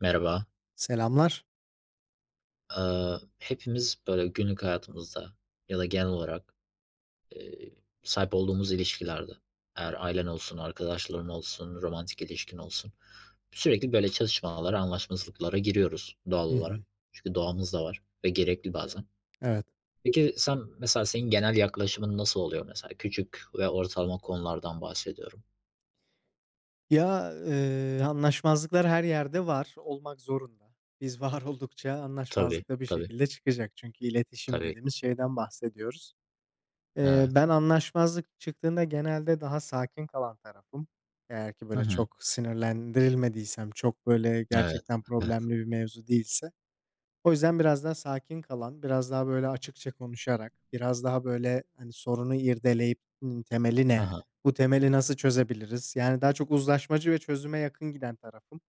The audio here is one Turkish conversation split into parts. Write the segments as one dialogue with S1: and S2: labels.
S1: Merhaba.
S2: Selamlar.
S1: Hepimiz böyle günlük hayatımızda ya da genel olarak, eee, sahip olduğumuz ilişkilerde, eğer ailen olsun, arkadaşların olsun, romantik ilişkin olsun, sürekli böyle çatışmalara, anlaşmazlıklara giriyoruz doğal
S2: Hı
S1: olarak.
S2: hı.
S1: Çünkü doğamızda var ve gerekli bazen.
S2: Evet.
S1: Peki sen mesela senin genel yaklaşımın nasıl oluyor mesela? Küçük ve ortalama konulardan bahsediyorum.
S2: Anlaşmazlıklar her yerde var, olmak zorunda. Biz var oldukça
S1: Tabii,
S2: anlaşmazlık da bir
S1: tabii,
S2: şekilde çıkacak çünkü iletişim
S1: tabii.
S2: dediğimiz şeyden bahsediyoruz.
S1: Evet.
S2: Ben anlaşmazlık çıktığında genelde daha sakin kalan tarafım. Eğer ki
S1: Hı
S2: böyle
S1: hı.
S2: çok sinirlendirilmediysem, çok böyle
S1: Evet,
S2: gerçekten
S1: evet.
S2: problemli bir mevzu değilse. O yüzden biraz daha sakin kalan, biraz daha, böyle, açıkça konuşarak, biraz daha, böyle, hani, sorunu irdeleyip, "Bunun temeli ne?
S1: Hı.
S2: Bu temeli nasıl çözebiliriz?" Yani, daha çok uzlaşmacı ve çözüme yakın giden tarafım.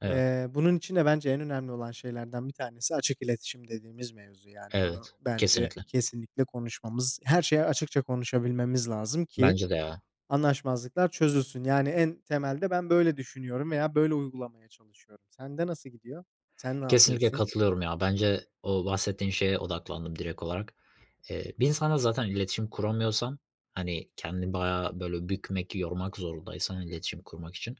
S1: Evet,
S2: Bunun için de bence en önemli olan şeylerden bir tanesi açık iletişim dediğimiz mevzu, yani. Bunu
S1: evet.
S2: bence
S1: Kesinlikle.
S2: kesinlikle konuşmamız, her şeyi açıkça konuşabilmemiz lazım ki
S1: Bence de ya.
S2: anlaşmazlıklar çözülsün. Yani, en temelde ben böyle düşünüyorum veya böyle uygulamaya çalışıyorum. Sende nasıl gidiyor? Sen ne
S1: Kesinlikle
S2: yapıyorsun?
S1: katılıyorum ya. Bence o bahsettiğin şeye odaklandım direkt olarak. Bir insanla zaten iletişim kuramıyorsan, hani, kendini bayağı böyle bükmek, yormak zorundaysan iletişim kurmak için,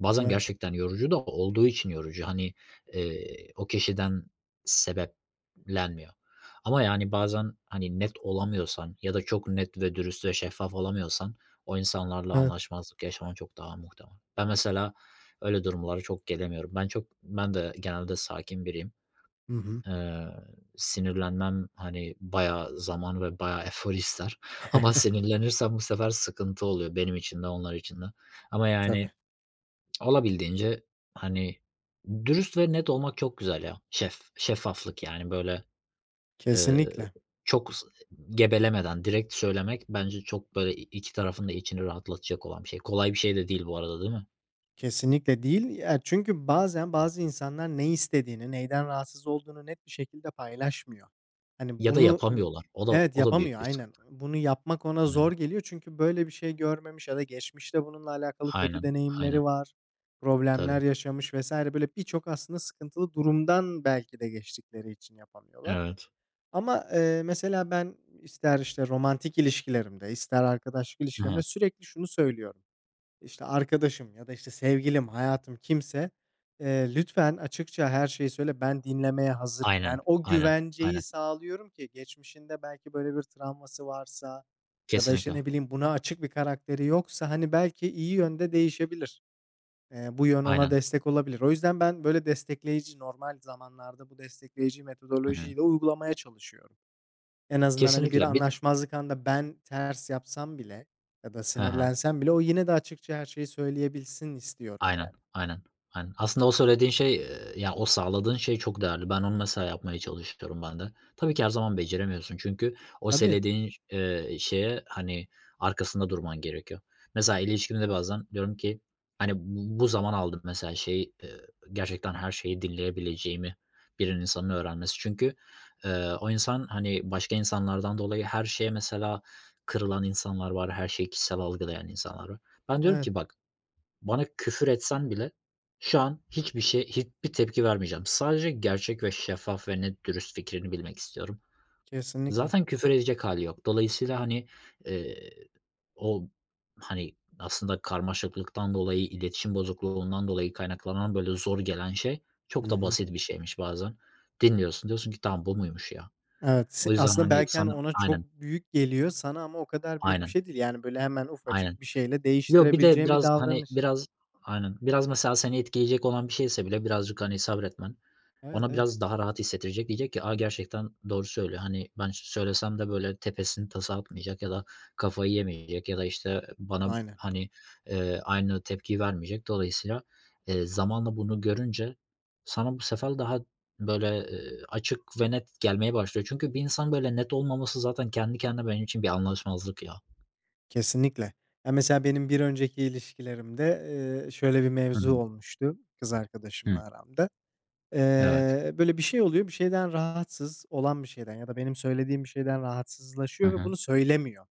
S1: bazen
S2: Evet.
S1: gerçekten yorucu da olduğu için yorucu. Hani, o kişiden sebeplenmiyor. Ama, yani, bazen, hani, net olamıyorsan ya da çok net ve dürüst ve şeffaf olamıyorsan o insanlarla
S2: Evet.
S1: anlaşmazlık yaşaman çok daha muhtemel. Ben mesela öyle durumlara çok gelemiyorum. Ben de genelde sakin biriyim.
S2: Hı hı.
S1: Eee, Sinirlenmem, hani, bayağı zaman ve bayağı efor ister ama sinirlenirsem bu sefer sıkıntı oluyor benim için de onlar için de. Ama, yani,
S2: Tabii.
S1: olabildiğince, hani, dürüst ve net olmak çok güzel ya. Şeffaflık, yani, böyle, eee,
S2: Kesinlikle.
S1: çok s gebelemeden direkt söylemek bence çok, böyle, iki tarafın da içini rahatlatacak olan bir şey. Kolay bir şey de değil bu arada, değil mi?
S2: Kesinlikle değil. Ya, çünkü bazen bazı insanlar ne istediğini, neyden rahatsız olduğunu net bir şekilde paylaşmıyor. Hani,
S1: Ya da
S2: bunu
S1: yapamıyorlar. O da
S2: evet,
S1: o da büyük
S2: yapamıyor
S1: bir
S2: aynen.
S1: sıkıntı.
S2: Bunu yapmak ona
S1: Yani.
S2: zor geliyor çünkü böyle bir şey görmemiş ya da geçmişte bununla alakalı kötü
S1: Aynen,
S2: deneyimleri
S1: aynen.
S2: var, problemler
S1: Tabii.
S2: yaşamış vesaire böyle birçok aslında sıkıntılı durumdan belki de geçtikleri için yapamıyorlar.
S1: Evet.
S2: Ama, mesela ben ister, işte, romantik ilişkilerimde, ister arkadaşlık
S1: Hı
S2: ilişkilerimde
S1: hı.
S2: sürekli şunu söylüyorum: İşte, arkadaşım ya da, işte, sevgilim, hayatım kimse, lütfen açıkça her şeyi söyle, ben dinlemeye hazırım. Yani
S1: Aynen,
S2: o
S1: aynen,
S2: güvenceyi
S1: aynen.
S2: sağlıyorum ki geçmişinde belki böyle bir travması varsa ya da, işte,
S1: Kesinlikle.
S2: ne bileyim, buna açık bir karakteri yoksa, hani, belki iyi yönde değişebilir. Bu yön ona
S1: Aynen.
S2: destek olabilir. O yüzden ben böyle destekleyici, normal zamanlarda bu destekleyici
S1: Hı hı.
S2: metodolojiyi de uygulamaya çalışıyorum. En azından, hani, bir
S1: Kesinlikle. Bir.
S2: anlaşmazlık anında ben ters yapsam bile ya da
S1: Hı hı.
S2: sinirlensem bile o yine de açıkça her şeyi söyleyebilsin istiyorum
S1: Aynen,
S2: yani.
S1: aynen, aynen. Aslında o söylediğin şey, ya, o sağladığın şey çok değerli. Ben onu mesela yapmaya çalışıyorum ben de. Tabii ki her zaman beceremiyorsun çünkü o
S2: Tabii,
S1: söylediğin, şeye, hani, arkasında durman gerekiyor. Mesela ilişkimde bazen diyorum ki, hani, bu zaman aldım mesela gerçekten her şeyi dinleyebileceğimi insanın öğrenmesi. Çünkü, o insan, hani, başka insanlardan dolayı her şeye mesela kırılan insanlar var, her şeyi kişisel algılayan insanlar var. Ben diyorum
S2: evet,
S1: ki bak, bana küfür etsen bile şu an hiçbir şeye hiçbir tepki vermeyeceğim. Sadece gerçek ve şeffaf ve net dürüst fikrini bilmek istiyorum.
S2: kesinlikle.
S1: Zaten küfür edecek hâli yok. Dolayısıyla, hani, eee, o, hani, aslında karmaşıklıktan dolayı, iletişim bozukluğundan dolayı kaynaklanan böyle zor gelen şey
S2: Hı
S1: çok da
S2: hı.
S1: basit bir şeymiş bazen. Dinliyorsun, diyorsun ki "Tamam, bu muymuş ya?"
S2: Evet,
S1: O yüzden,
S2: aslında
S1: hani,
S2: belki, hani,
S1: sana.
S2: ona
S1: Aynen,
S2: çok büyük geliyor sana ama o kadar büyük bir
S1: aynen,
S2: şey değil. Yani, böyle, hemen
S1: aynen.
S2: ufacık bir şeyle
S1: Yo, bir de
S2: değiştirebileceğin bir
S1: biraz, hani,
S2: davranış.
S1: biraz. Aynen. Biraz mesela seni etkileyecek olan bir şeyse bile birazcık, hani, sabretmen
S2: Evet,
S1: ona
S2: evet.
S1: biraz daha rahat hissettirecek. Diyecek ki, "A, gerçekten doğru söylüyor. Hani, ben ş söylesem de böyle tepesini tasa atmayacak ya da kafayı yemeyecek ya da, işte, bana,
S2: Aynen.
S1: hani, aynı tepkiyi vermeyecek." Dolayısıyla, zamanla bunu görünce sana bu sefer daha böyle, açık ve net gelmeye başlıyor. Çünkü bir insan böyle net olmaması zaten kendi kendine benim için bir anlaşmazlık ya.
S2: Kesinlikle. Ya, mesela benim bir önceki ilişkilerimde, şöyle bir
S1: Hı
S2: mevzu
S1: hı.
S2: olmuştu kız
S1: Hı.
S2: arkadaşımla aramda.
S1: Evet.
S2: Böyle bir şey oluyor, bir şeyden rahatsız olan bir şeyden ya da benim söylediğim bir şeyden
S1: Hı
S2: rahatsızlaşıyor ve
S1: hı.
S2: bunu söylemiyor.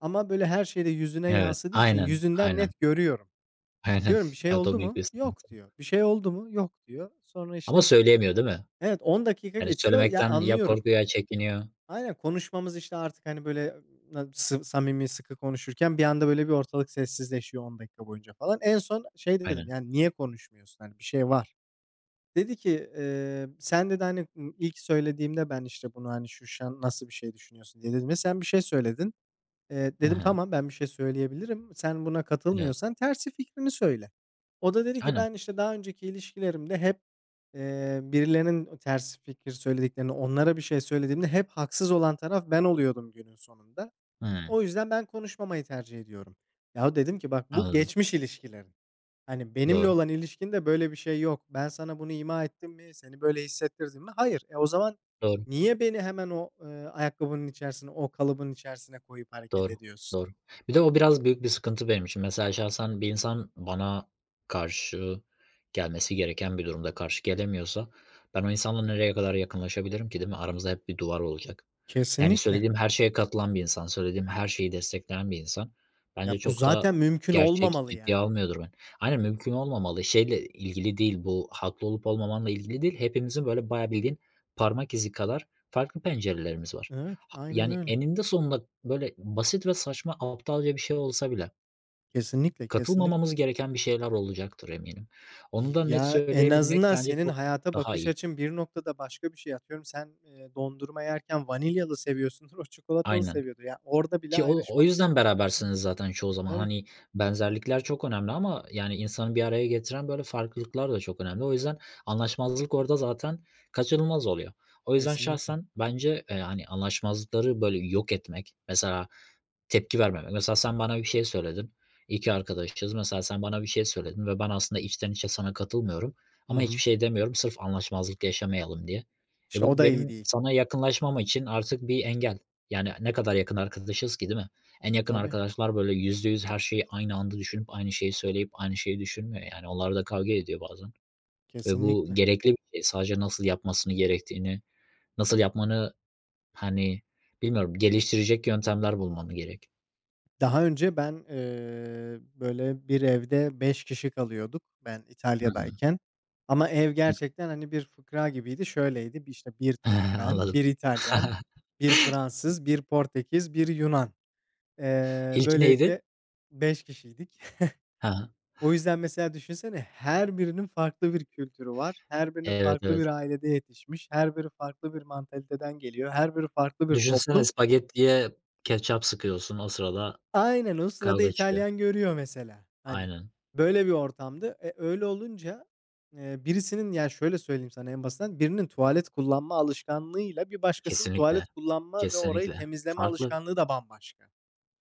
S2: Ama böyle her şeyde yüzüne
S1: Evet,
S2: yansıdığı için
S1: aynen,
S2: yüzünden
S1: aynen,
S2: net görüyorum.
S1: aynen.
S2: Diyorum, "Bir şey
S1: Evet, o
S2: oldu
S1: büyük
S2: mu?"
S1: bir
S2: "Yok."
S1: sıkıntı.
S2: diyor. "Bir şey oldu mu?" "Yok." diyor. Sonra
S1: Ama
S2: işte
S1: söyleyemiyor, değil mi?
S2: evet 10 dakika
S1: Yani
S2: geçiyor. Ya,
S1: söylemekten ya
S2: anlıyorum.
S1: korkuyor ya çekiniyor.
S2: Aynen, konuşmamız işte artık, hani, böyle na sı samimi, sıkı konuşurken bir anda böyle bir ortalık sessizleşiyor 10 dakika boyunca falan. En son şey dedim,
S1: Aynen.
S2: yani, "Niye konuşmuyorsun? Hani, bir şey var." Dedi ki, sen dedi, hani, ilk söylediğimde ben, işte, bunu, hani, şu an nasıl bir şey düşünüyorsun diye dedim ve sen bir şey söyledin.
S1: Hı
S2: Dedim,
S1: hı.
S2: tamam, ben bir şey söyleyebilirim. Sen buna
S1: Evet.
S2: katılmıyorsan tersi fikrini söyle. O da dedi ki,
S1: Aynen.
S2: ben, işte, daha önceki ilişkilerimde hep, birilerinin o ters fikir söylediklerini, onlara bir şey söylediğimde hep haksız olan taraf ben oluyordum günün sonunda.
S1: Hıı,
S2: O yüzden ben konuşmamayı tercih ediyorum. Ya dedim ki, bak bu
S1: anladım.
S2: geçmiş ilişkilerin. Hani, benimle
S1: Doğru,
S2: olan ilişkinde böyle bir şey yok. Ben sana bunu ima ettim mi, seni böyle hissettirdim mi? Hayır. E, o zaman
S1: doğru.
S2: niye beni hemen o, ayakkabının içerisine, o kalıbın içerisine koyup hareket
S1: Doğru,
S2: ediyorsun?
S1: doğru. Bir de o biraz büyük bir sıkıntı benim için. Mesela şahsen bir insan bana karşı gelmesi gereken bir durumda karşı gelemiyorsa ben o insanla nereye kadar yakınlaşabilirim ki, değil mi? Aramızda hep bir duvar olacak. Yani
S2: Kesinlikle.
S1: söylediğim her şeye katılan bir insan, söylediğim her şeyi destekleyen bir insan
S2: Ya,
S1: bence
S2: bu
S1: çok da
S2: zaten mümkün
S1: gerçek
S2: olmamalı,
S1: ciddiye
S2: yani.
S1: almıyordur ben. Aynen mümkün olmamalı. Şeyle ilgili değil bu, haklı olup olmamanla ilgili değil. Hepimizin böyle bayağı bildiğin parmak izi kadar farklı pencerelerimiz var.
S2: Evet,
S1: Ha
S2: aynen
S1: yani
S2: öyle.
S1: eninde sonunda böyle basit ve saçma, aptalca bir şey olsa bile
S2: Kesinlikle.
S1: katılmamamız gereken bir şeyler olacaktır eminim. Onu da net
S2: Ya, en
S1: söyleyebilmek
S2: azından
S1: bence
S2: senin
S1: çok
S2: hayata
S1: daha
S2: bakış
S1: iyi.
S2: açın bir noktada başka bir şey. Atıyorum sen, dondurma yerken vanilyalı seviyorsundur, o çikolatalı
S1: Aynen.
S2: seviyordur. Ya, orada bile
S1: Ki o
S2: ayrışmamız.
S1: yüzden
S2: Hı.
S1: berabersiniz zaten çoğu
S2: E,
S1: zaman.
S2: tabii ki.
S1: Hani benzerlikler çok önemli ama yani insanı bir araya getiren böyle farklılıklar da çok önemli. O yüzden anlaşmazlık orada zaten kaçınılmaz oluyor. O yüzden
S2: Kesinlikle.
S1: şahsen bence, hani, anlaşmazlıkları böyle yok etmek, mesela. Tepki vermemek. Mesela sen bana bir şey söyledin. 2 arkadaşız. Mesela sen bana bir şey söyledin ve ben aslında içten içe sana katılmıyorum
S2: Hı
S1: ama
S2: hı.
S1: hiçbir şey demiyorum sırf anlaşmazlık yaşamayalım diye. E,
S2: İşte o
S1: bu
S2: da iyi
S1: benim
S2: değil.
S1: sana yakınlaşmam için artık bir engel. Yani ne kadar yakın arkadaşız ki, değil mi? En yakın
S2: Tabii,
S1: arkadaşlar böyle %100 her şeyi aynı anda düşünüp aynı şeyi söyleyip aynı şeyi düşünmüyor. Yani onlar da kavga ediyor bazen ve bu
S2: kesinlikle.
S1: gerekli bir şey. Sadece nasıl yapmasını gerektiğini, nasıl yapmanı, hani, bilmiyorum, geliştirecek yöntemler bulmanı gerek.
S2: Daha önce ben, böyle bir evde 5 kişi kalıyorduk ben
S1: Hı hı.
S2: İtalya'dayken ama ev gerçekten, hani, bir fıkra gibiydi. Şöyleydi, işte bir Türk
S1: He,
S2: ben,
S1: anladım.
S2: bir İtalyan, bir Fransız, bir Portekiz, bir Yunan.
S1: İlki neydi?
S2: Böylelikle 5 kişiydik.
S1: He.
S2: O yüzden mesela düşünsene her birinin farklı bir kültürü var. Her birinin
S1: Evet,
S2: farklı
S1: evet.
S2: bir ailede yetişmiş. Her biri farklı bir mantaliteden geliyor. Her biri farklı bir
S1: Düşünsene
S2: toplum.
S1: spagettiye ketçap sıkıyorsun, o sırada
S2: Aynen, o sırada
S1: kavga çıkıyor.
S2: İtalyan görüyor mesela. Hani,
S1: Aynen.
S2: böyle bir ortamdı. E, öyle olunca, birisinin ya, şöyle söyleyeyim sana en basitinden, birinin tuvalet kullanma alışkanlığıyla bir başkasının
S1: Kesinlikle.
S2: tuvalet kullanma ve orayı
S1: Kesinlikle.
S2: temizleme
S1: Farklı.
S2: alışkanlığı da bambaşka.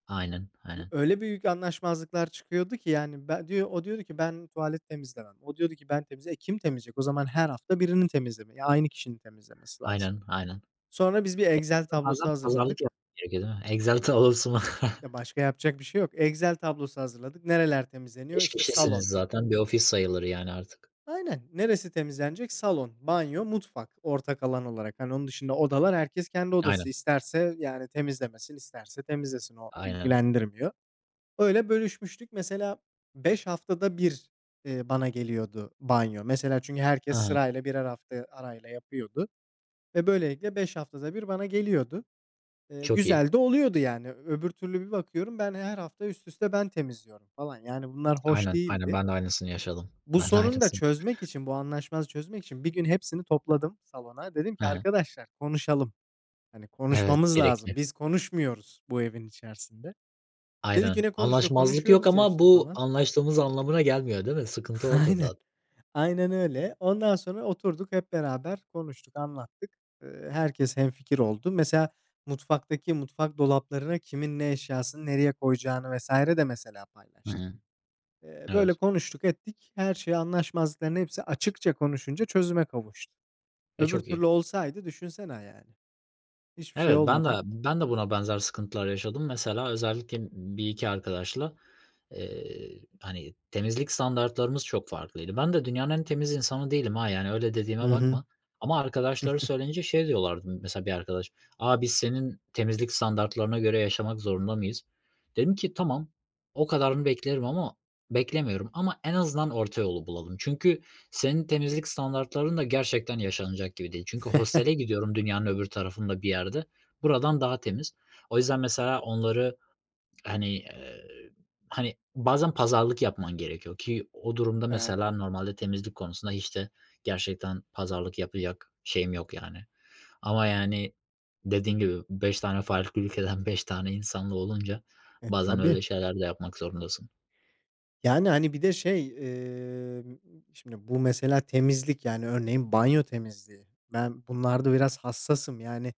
S1: Aynen,
S2: Şimdi
S1: aynen.
S2: öyle büyük anlaşmazlıklar çıkıyordu ki yani ben diyor o diyordu ki ben tuvalet temizlemem. O diyordu ki ben temizle. E, kim temizleyecek? O zaman her hafta birinin temizleme ya aynı kişinin temizlemesi lazım.
S1: Aynen, aynen.
S2: Sonra biz bir Excel
S1: Bazen
S2: tablosu
S1: pazarlık
S2: hazırladık.
S1: yapmak gerekiyor, değil mi? Exalted olursun.
S2: Ya, başka yapacak bir şey yok. Excel tablosu hazırladık. Nereler temizleniyor?
S1: 5
S2: İşte salon.
S1: kişisiniz zaten, bir ofis sayılır yani artık.
S2: Aynen. Neresi temizlenecek? Salon, banyo, mutfak ortak alan olarak. Hani, onun dışında odalar herkes kendi odası.
S1: Aynen,
S2: İsterse, yani, temizlemesin, isterse temizlesin. O
S1: aynen.
S2: ilgilendirmiyor. Öyle bölüşmüştük. Mesela 5 haftada bir bana geliyordu banyo. Mesela çünkü
S1: He
S2: herkes
S1: he.
S2: sırayla birer hafta arayla yapıyordu ve böylelikle 5 haftada bir bana geliyordu.
S1: Çok iyi.
S2: Güzel de oluyordu yani. Öbür türlü bir bakıyorum ben her hafta üst üste ben temizliyorum falan. Yani bunlar hoş
S1: Aynen, aynen.
S2: değildi.
S1: Ben de aynısını yaşadım.
S2: Bu
S1: Ben de
S2: sorunu da
S1: aynısını yaşadım.
S2: çözmek için, bu anlaşmazlığı çözmek için bir gün hepsini topladım salona. Dedim ki
S1: He he.
S2: arkadaşlar konuşalım. Hani
S1: Evet,
S2: konuşmamız
S1: gerekli.
S2: lazım. Biz konuşmuyoruz bu evin içerisinde. Dedik ki
S1: Aynen.
S2: ne konuşuyor?
S1: Anlaşmazlık yok
S2: Konuşuyoruz ya
S1: ama
S2: işte
S1: bu
S2: falan.
S1: anlaştığımız anlamına gelmiyor, değil mi? Sıkıntı orada
S2: Aynen.
S1: zaten.
S2: Aynen öyle. Ondan sonra oturduk hep beraber konuştuk, anlattık. Herkes hemfikir oldu. Mesela mutfaktaki mutfak dolaplarına kimin ne eşyasını nereye koyacağını vesaire de mesela
S1: Hı
S2: paylaştık.
S1: hı.
S2: Böyle
S1: Evet.
S2: konuştuk ettik. Her şey anlaşmazlıkların hepsi açıkça konuşunca çözüme kavuştu.
S1: E,
S2: Öbür
S1: çok iyi.
S2: türlü olsaydı düşünsene yani. Hiçbir şey
S1: Evet, ben de
S2: olmadan.
S1: ben de buna benzer sıkıntılar yaşadım. Mesela özellikle bir iki arkadaşla, hani, temizlik standartlarımız çok farklıydı. Ben de dünyanın en temiz insanı değilim ha, yani, öyle
S2: Hı
S1: dediğime
S2: hı.
S1: bakma. Ama arkadaşları söyleyince şey diyorlardı mesela bir arkadaş, "Aa biz senin temizlik standartlarına göre yaşamak zorunda mıyız?" Dedim ki, "Tamam, o kadarını beklerim ama beklemiyorum ama en azından orta yolu bulalım." Çünkü senin temizlik standartların da gerçekten yaşanacak gibi değil. Çünkü hostele gidiyorum dünyanın öbür tarafında bir yerde. Buradan daha temiz. O yüzden mesela onları, hani, hani, bazen pazarlık yapman gerekiyor ki o durumda
S2: Evet.
S1: mesela normalde temizlik konusunda hiç de gerçekten pazarlık yapacak şeyim yok yani. Ama, yani, dediğin gibi 5 tane farklı ülkeden 5 tane insanla olunca
S2: E,
S1: bazen
S2: tabii.
S1: öyle şeyler de yapmak zorundasın.
S2: Yani, hani, bir de şey, emm, şimdi bu mesela temizlik, yani, örneğin banyo temizliği. Ben bunlarda biraz hassasım. Yani,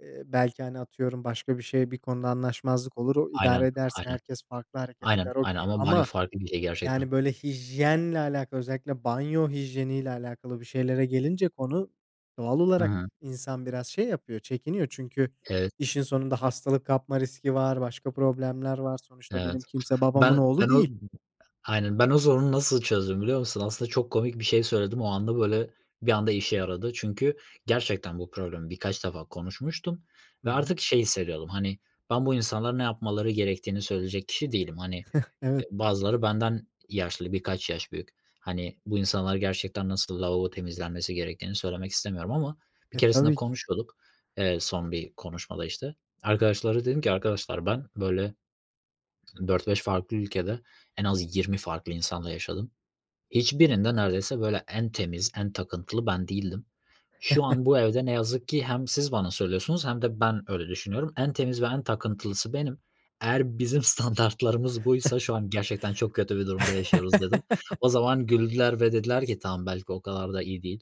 S2: belki, hani, atıyorum başka bir şey, bir konuda anlaşmazlık olur, o idare
S1: Aynen,
S2: edersin,
S1: aynen,
S2: herkes farklı hareket
S1: aynen,
S2: eder,
S1: aynen
S2: okay.
S1: ama banyo
S2: Ama,
S1: farklı bir şey gerçekten.
S2: yani, böyle hijyenle alakalı, özellikle banyo hijyeniyle alakalı bir şeylere gelince konu, doğal
S1: Hı
S2: olarak
S1: hı.
S2: insan biraz şey yapıyor, çekiniyor. Çünkü
S1: Evet,
S2: işin sonunda hastalık kapma riski var, başka problemler var. Sonuçta benim
S1: evet.
S2: kimse babamın
S1: Ben
S2: oğlu
S1: ben o
S2: değil.
S1: Aynen. Ben o sorunu nasıl çözdüm biliyor musun? Aslında çok komik bir şey söyledim. O anda, böyle, bir anda işe yaradı. Çünkü gerçekten bu problemi birkaç defa konuşmuştum
S2: Hı
S1: ve
S2: hı.
S1: artık şey hissediyordum, hani, ben bu insanlara ne yapmaları gerektiğini söyleyecek kişi değilim. Hani,
S2: Evet.
S1: bazıları benden yaşlı, birkaç yaş büyük. Hani, bu insanlar gerçekten nasıl lavabo temizlenmesi gerektiğini söylemek istemiyorum ama bir
S2: E,
S1: keresinde
S2: tabii ki.
S1: konuşuyorduk, son bir konuşmada, işte. Arkadaşlara dedim ki, "Arkadaşlar ben, böyle, 4-5 farklı ülkede en az 20 farklı insanla yaşadım. Hiçbirinde neredeyse böyle en temiz, en takıntılı ben değildim. Şu an bu evde ne yazık ki hem siz bana söylüyorsunuz hem de ben öyle düşünüyorum. En temiz ve en takıntılısı benim. Eğer bizim standartlarımız buysa şu an gerçekten çok kötü bir durumda yaşıyoruz dedim. O zaman güldüler ve dediler ki tamam belki o kadar da iyi değil."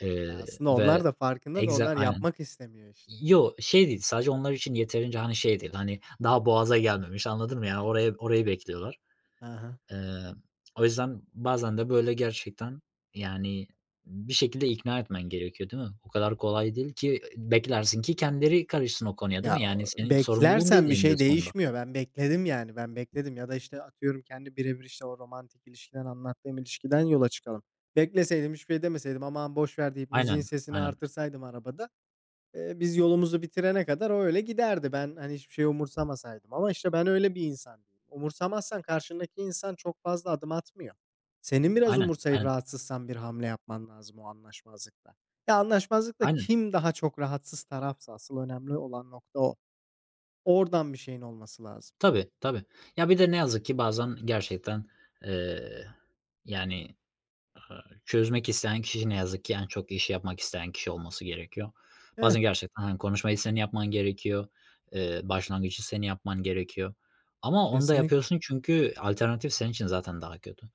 S2: Ya, aslında onlar
S1: Ve
S2: da farkında da onlar
S1: aynen.
S2: yapmak istemiyor işte.
S1: Yo, şey değil, sadece onlar için yeterince, hani, şey değil, hani, daha boğaza gelmemiş, anladın mı? Yani orayı bekliyorlar.
S2: Hı.
S1: Eee, O yüzden bazen de böyle gerçekten, yani, bir şekilde ikna etmen gerekiyor, değil mi? O kadar kolay değil ki beklersin ki kendileri karışsın o konuya, değil
S2: Ya,
S1: mi? Yani,
S2: o
S1: senin sorumluluğun değil
S2: beklersen bir
S1: eninde
S2: şey
S1: sonunda.
S2: değişmiyor. Ben bekledim, yani, ben bekledim ya da, işte, atıyorum kendi birebir, işte, o romantik ilişkiden anlattığım ilişkiden yola çıkalım. Bekleseydim, hiçbir şey demeseydim, "Aman boş ver." deyip müziğin
S1: Aynen,
S2: sesini
S1: aynen,
S2: artırsaydım arabada. Biz yolumuzu bitirene kadar o öyle giderdi. Ben, hani, hiçbir şey umursamasaydım ama, işte, ben öyle bir insan değilim. Umursamazsan karşındaki insan çok fazla adım atmıyor. Senin biraz
S1: aynen,
S2: umursayıp
S1: aynen,
S2: rahatsızsan bir hamle yapman lazım o anlaşmazlıkta. Ya, anlaşmazlıkta
S1: aynen.
S2: kim daha çok rahatsız tarafsa asıl önemli olan nokta o. Oradan bir şeyin olması lazım.
S1: Tabii, tabii. Ya, bir de ne yazık ki bazen gerçekten, eee, yani. Eee, Çözmek isteyen kişi ne yazık ki en çok iş yapmak isteyen kişi olması gerekiyor.
S2: Evet,
S1: Bazen gerçekten, hani, konuşmayı senin yapman gerekiyor, başlangıcı senin yapman gerekiyor ama onu da
S2: kesinlikle.
S1: yapıyorsun çünkü alternatif senin için zaten daha kötü.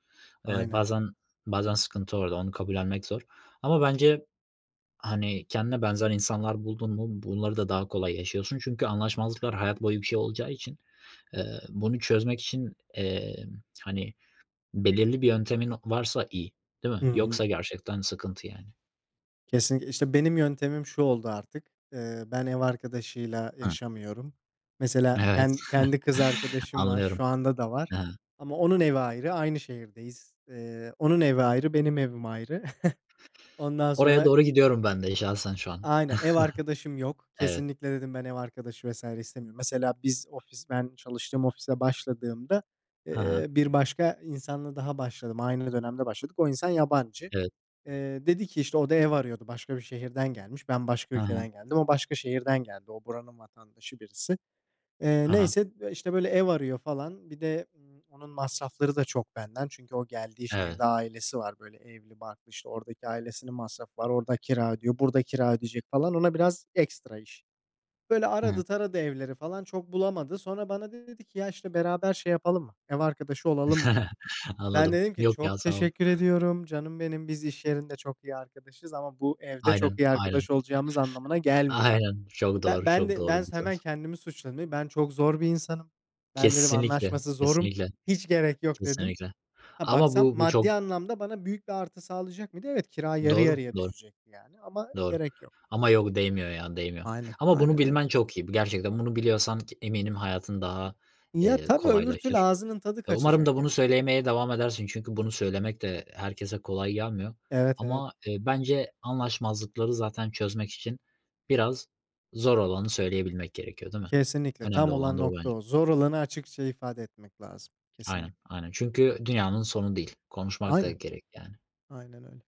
S1: Eee,
S2: Aynen.
S1: bazen bazen sıkıntı orada, onu kabullenmek zor ama bence, hani, kendine benzer insanlar buldun mu bunları da daha kolay yaşıyorsun çünkü anlaşmazlıklar hayat boyu bir şey olacağı için, bunu çözmek için, hani, belirli bir yöntemin varsa iyi, değil mi?
S2: Hı hı.
S1: Yoksa gerçekten sıkıntı yani.
S2: Kesinlikle. İşte, benim yöntemim şu oldu artık: Ben ev arkadaşıyla
S1: Hıı.
S2: yaşamıyorum. Mesela
S1: Evet.
S2: kendi kız arkadaşım var,
S1: Anlıyorum.
S2: şu anda da var
S1: Hı hı.
S2: ama onun evi ayrı, aynı şehirdeyiz. Onun evi ayrı, benim evim ayrı. Ondan
S1: Oraya
S2: sonra
S1: doğru gidiyorum ben de şahsen şu an.
S2: aynen, ev arkadaşım yok.
S1: Evet.
S2: Kesinlikle dedim, ben ev arkadaşı vesaire istemiyorum. Mesela biz ofis ben çalıştığım ofise başladığımda,
S1: Hı hı.
S2: bir başka insanla daha başladım. Aynı dönemde başladık. O insan yabancı.
S1: Evet.
S2: Dedi ki, işte, o da ev arıyordu. Başka bir şehirden gelmiş. Ben başka
S1: Hı hı.
S2: ülkeden geldim. O başka şehirden geldi. O buranın vatandaşı birisi.
S1: Hı hı.
S2: Neyse, işte, böyle ev arıyor falan. Bir de, onun masrafları da çok benden. Çünkü o geldiği
S1: Evet.
S2: şehirde ailesi var. Böyle evli barklı, işte, oradaki ailesinin masrafı var. Orada kira ödüyor. Burada kira ödeyecek falan. Ona biraz ekstra iş. Böyle
S1: Hı hı.
S2: aradı taradı evleri falan. Çok bulamadı. Sonra bana dedi ki, "Ya, işte, beraber şey yapalım mı? Ev arkadaşı olalım mı yani." Ben
S1: Anladım.
S2: dedim ki,
S1: Yok ya,
S2: "Çok
S1: sağ ol.
S2: teşekkür ediyorum, canım benim. Biz iş yerinde çok iyi arkadaşız ama bu evde çok
S1: Aynen,
S2: iyi
S1: aynen.
S2: arkadaş olacağımız anlamına gelmiyor."
S1: Aynen. Çok
S2: Ben
S1: doğru,
S2: ben
S1: çok
S2: de ben
S1: doğru bir
S2: hemen
S1: söz.
S2: kendimi suçladım. "Ben çok zor bir insanım. Ben" dedim,
S1: Kesinlikle,
S2: "anlaşması zorum.
S1: kesinlikle,
S2: Hiç gerek yok." dedim.
S1: kesinlikle.
S2: Ha,
S1: Ama
S2: baksam
S1: bu çok
S2: maddi anlamda bana büyük bir artı sağlayacak mıydı? Evet, kira yarı
S1: doğru,
S2: yarıya
S1: doğru.
S2: düşecekti yani ama
S1: Doğru.
S2: gerek yok.
S1: Ama yok değmiyor ya, değmiyor.
S2: Aynen,
S1: Ama bunu
S2: aynen öyle.
S1: bilmen çok iyi. Gerçekten bunu biliyorsan ki eminim hayatın daha,
S2: Ya, tabii öbür türlü
S1: kolaylaşır.
S2: ağzının tadı
S1: Umarım da
S2: kaçacak
S1: bunu
S2: yani, gerek yok.
S1: söylemeye devam edersin çünkü bunu söylemek de herkese kolay gelmiyor.
S2: Evet, evet.
S1: Ama, bence anlaşmazlıkları zaten çözmek için biraz zor olanı söyleyebilmek gerekiyor, değil mi?
S2: Kesinlikle.
S1: Önemli
S2: Tam
S1: olan
S2: olan
S1: da o
S2: nokta
S1: bence.
S2: o. Zor olanı açıkça ifade etmek lazım.
S1: Aynen,
S2: Kesinlikle.
S1: aynen. Çünkü dünyanın sonu değil. Konuşmak da
S2: Aynen,
S1: gerek yani.
S2: aynen öyle.